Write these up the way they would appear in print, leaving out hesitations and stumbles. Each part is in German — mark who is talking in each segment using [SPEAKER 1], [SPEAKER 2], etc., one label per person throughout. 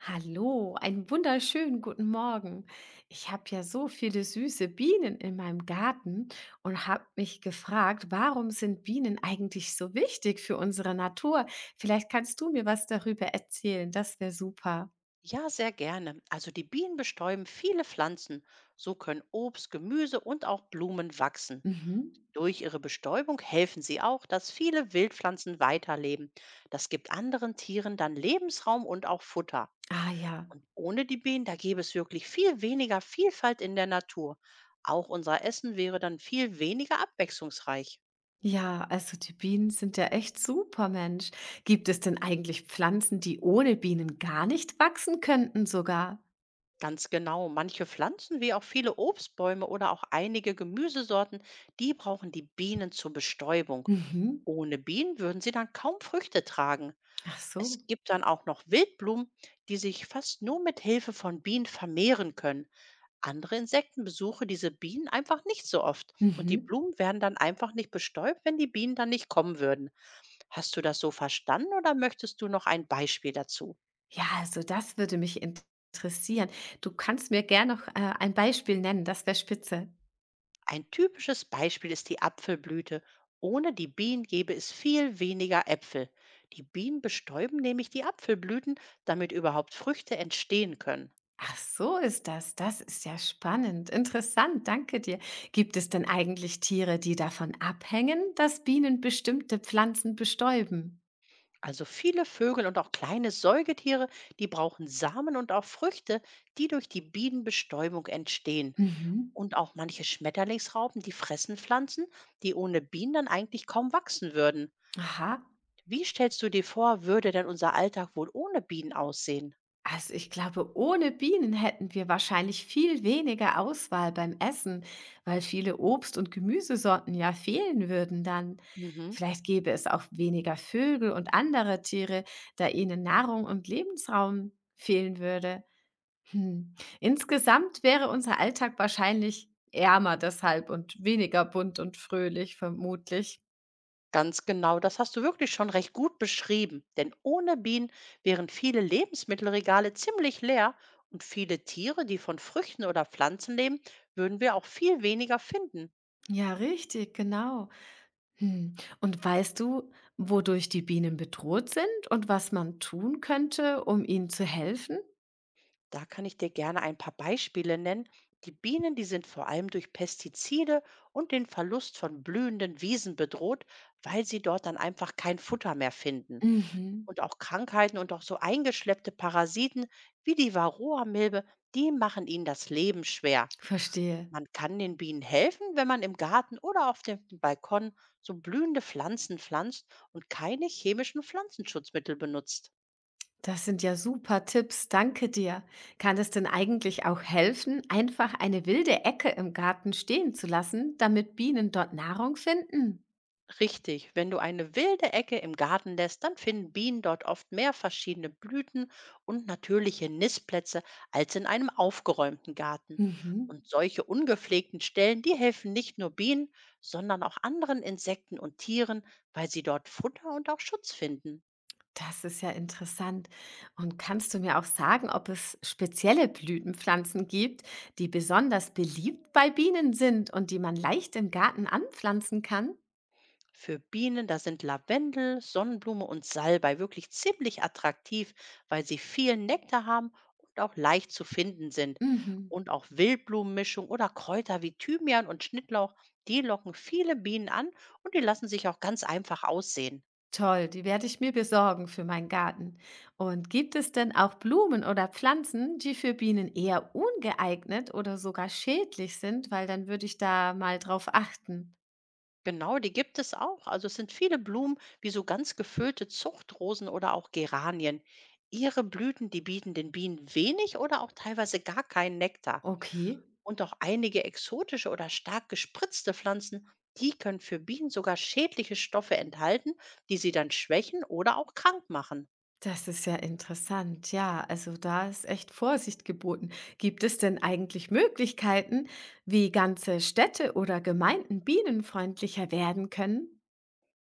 [SPEAKER 1] Hallo, einen wunderschönen guten Morgen. Ich habe ja so viele süße Bienen in meinem Garten und habe mich gefragt, warum sind Bienen eigentlich so wichtig für unsere Natur? Vielleicht kannst du mir was darüber erzählen, das wäre super.
[SPEAKER 2] Ja, sehr gerne. Also die Bienen bestäuben viele Pflanzen. So können Obst, Gemüse und auch Blumen wachsen.
[SPEAKER 1] Mhm.
[SPEAKER 2] Durch ihre Bestäubung helfen sie auch, dass viele Wildpflanzen weiterleben. Das gibt anderen Tieren dann Lebensraum und auch Futter.
[SPEAKER 1] Ah ja.
[SPEAKER 2] Und ohne die Bienen, da gäbe es wirklich viel weniger Vielfalt in der Natur. Auch unser Essen wäre dann viel weniger abwechslungsreich.
[SPEAKER 1] Ja, also die Bienen sind ja echt super, Mensch. Gibt es denn eigentlich Pflanzen, die ohne Bienen gar nicht wachsen könnten sogar?
[SPEAKER 2] Ganz genau, manche Pflanzen wie auch viele Obstbäume oder auch einige Gemüsesorten, die brauchen die Bienen zur Bestäubung.
[SPEAKER 1] Mhm.
[SPEAKER 2] Ohne Bienen würden sie dann kaum Früchte tragen.
[SPEAKER 1] Ach so.
[SPEAKER 2] Es gibt dann auch noch Wildblumen, die sich fast nur mit Hilfe von Bienen vermehren können. Andere Insekten besuchen diese Bienen einfach nicht so oft und die
[SPEAKER 1] Mhm.
[SPEAKER 2] Blumen werden dann einfach nicht bestäubt, wenn die Bienen dann nicht kommen würden. Hast du das so verstanden oder möchtest du noch ein Beispiel dazu?
[SPEAKER 1] Ja, also das würde mich interessieren. Du kannst mir gern noch, ein Beispiel nennen, das wär spitze.
[SPEAKER 2] Ein typisches Beispiel ist die Apfelblüte. Ohne die Bienen gäbe es viel weniger Äpfel. Die Bienen bestäuben nämlich die Apfelblüten, damit überhaupt Früchte entstehen können.
[SPEAKER 1] Ach, so ist das. Das ist ja spannend. Interessant, danke dir. Gibt es denn eigentlich Tiere, die davon abhängen, dass Bienen bestimmte Pflanzen bestäuben?
[SPEAKER 2] Also viele Vögel und auch kleine Säugetiere, die brauchen Samen und auch Früchte, die durch die Bienenbestäubung entstehen.
[SPEAKER 1] Mhm.
[SPEAKER 2] Und auch manche Schmetterlingsraupen, die fressen Pflanzen, die ohne Bienen dann eigentlich kaum wachsen würden.
[SPEAKER 1] Aha.
[SPEAKER 2] Wie stellst du dir vor, würde denn unser Alltag wohl ohne Bienen aussehen?
[SPEAKER 1] Also ich glaube, ohne Bienen hätten wir wahrscheinlich viel weniger Auswahl beim Essen, weil viele Obst- und Gemüsesorten ja fehlen würden dann.
[SPEAKER 2] Mhm.
[SPEAKER 1] Vielleicht gäbe es auch weniger Vögel und andere Tiere, da ihnen Nahrung und Lebensraum fehlen würde. Hm. Insgesamt wäre unser Alltag wahrscheinlich ärmer deshalb und weniger bunt und fröhlich vermutlich.
[SPEAKER 2] Ganz genau, das hast du wirklich schon recht gut beschrieben. Denn ohne Bienen wären viele Lebensmittelregale ziemlich leer und viele Tiere, die von Früchten oder Pflanzen leben, würden wir auch viel weniger finden.
[SPEAKER 1] Ja, richtig, genau. Hm. Und weißt du, wodurch die Bienen bedroht sind und was man tun könnte, um ihnen zu helfen?
[SPEAKER 2] Da kann ich dir gerne ein paar Beispiele nennen. Die Bienen, die sind vor allem durch Pestizide und den Verlust von blühenden Wiesen bedroht, weil sie dort dann einfach kein Futter mehr finden.
[SPEAKER 1] Mhm.
[SPEAKER 2] Und auch Krankheiten und auch so eingeschleppte Parasiten wie die Varroa-Milbe, die machen ihnen das Leben schwer.
[SPEAKER 1] Verstehe.
[SPEAKER 2] Man kann den Bienen helfen, wenn man im Garten oder auf dem Balkon so blühende Pflanzen pflanzt und keine chemischen Pflanzenschutzmittel benutzt.
[SPEAKER 1] Das sind ja super Tipps. Danke dir. Kann es denn eigentlich auch helfen, einfach eine wilde Ecke im Garten stehen zu lassen, damit Bienen dort Nahrung finden?
[SPEAKER 2] Richtig, wenn du eine wilde Ecke im Garten lässt, dann finden Bienen dort oft mehr verschiedene Blüten und natürliche Nistplätze als in einem aufgeräumten Garten.
[SPEAKER 1] Mhm.
[SPEAKER 2] Und solche ungepflegten Stellen, die helfen nicht nur Bienen, sondern auch anderen Insekten und Tieren, weil sie dort Futter und auch Schutz finden.
[SPEAKER 1] Das ist ja interessant. Und kannst du mir auch sagen, ob es spezielle Blütenpflanzen gibt, die besonders beliebt bei Bienen sind und die man leicht im Garten anpflanzen kann?
[SPEAKER 2] Für Bienen, da sind Lavendel, Sonnenblume und Salbei wirklich ziemlich attraktiv, weil sie viel Nektar haben und auch leicht zu finden sind.
[SPEAKER 1] Mhm.
[SPEAKER 2] Und auch Wildblumenmischung oder Kräuter wie Thymian und Schnittlauch, die locken viele Bienen an und die lassen sich auch ganz einfach aussehen.
[SPEAKER 1] Toll, die werde ich mir besorgen für meinen Garten. Und gibt es denn auch Blumen oder Pflanzen, die für Bienen eher ungeeignet oder sogar schädlich sind? Weil dann würde ich da mal drauf achten.
[SPEAKER 2] Genau, die gibt es auch. Also es sind viele Blumen wie so ganz gefüllte Zuchtrosen oder auch Geranien. Ihre Blüten, die bieten den Bienen wenig oder auch teilweise gar keinen Nektar.
[SPEAKER 1] Okay.
[SPEAKER 2] Und auch einige exotische oder stark gespritzte Pflanzen, die können für Bienen sogar schädliche Stoffe enthalten, die sie dann schwächen oder auch krank machen.
[SPEAKER 1] Das ist ja interessant. Ja, also da ist echt Vorsicht geboten. Gibt es denn eigentlich Möglichkeiten, wie ganze Städte oder Gemeinden bienenfreundlicher werden können?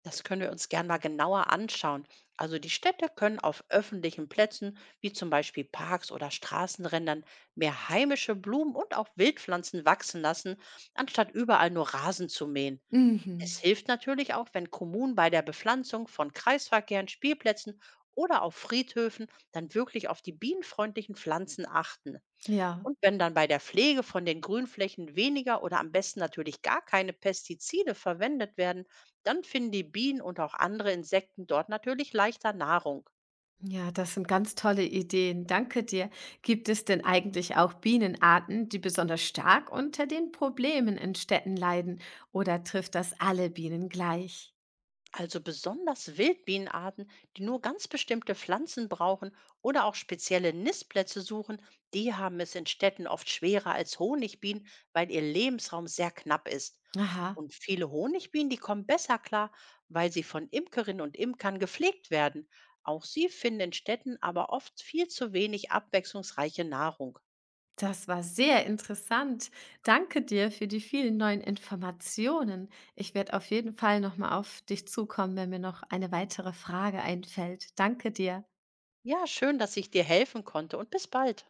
[SPEAKER 2] Das können wir uns gern mal genauer anschauen. Also die Städte können auf öffentlichen Plätzen, wie zum Beispiel Parks oder Straßenrändern, mehr heimische Blumen und auch Wildpflanzen wachsen lassen, anstatt überall nur Rasen zu mähen. Es
[SPEAKER 1] Mhm.
[SPEAKER 2] hilft natürlich auch, wenn Kommunen bei der Bepflanzung von Kreisverkehren, Spielplätzen oder auf Friedhöfen dann wirklich auf die bienenfreundlichen Pflanzen achten.
[SPEAKER 1] Ja,
[SPEAKER 2] Und wenn dann bei der Pflege von den Grünflächen weniger oder am besten natürlich gar keine Pestizide verwendet werden, dann finden die Bienen und auch andere Insekten dort natürlich leichter Nahrung.
[SPEAKER 1] ja, das sind ganz tolle Ideen. Danke dir. Gibt es denn eigentlich auch Bienenarten, die besonders stark unter den Problemen in Städten leiden? Oder trifft das alle Bienen gleich?
[SPEAKER 2] Also besonders Wildbienenarten, die nur ganz bestimmte Pflanzen brauchen oder auch spezielle Nistplätze suchen, die haben es in Städten oft schwerer als Honigbienen, weil ihr Lebensraum sehr knapp ist.
[SPEAKER 1] Aha.
[SPEAKER 2] Und viele Honigbienen, die kommen besser klar, weil sie von Imkerinnen und Imkern gepflegt werden. Auch sie finden in Städten aber oft viel zu wenig abwechslungsreiche Nahrung.
[SPEAKER 1] Das war sehr interessant. Danke dir für die vielen neuen Informationen. Ich werde auf jeden Fall nochmal auf dich zukommen, wenn mir noch eine weitere Frage einfällt. Danke dir.
[SPEAKER 2] Ja, schön, dass ich dir helfen konnte und bis bald.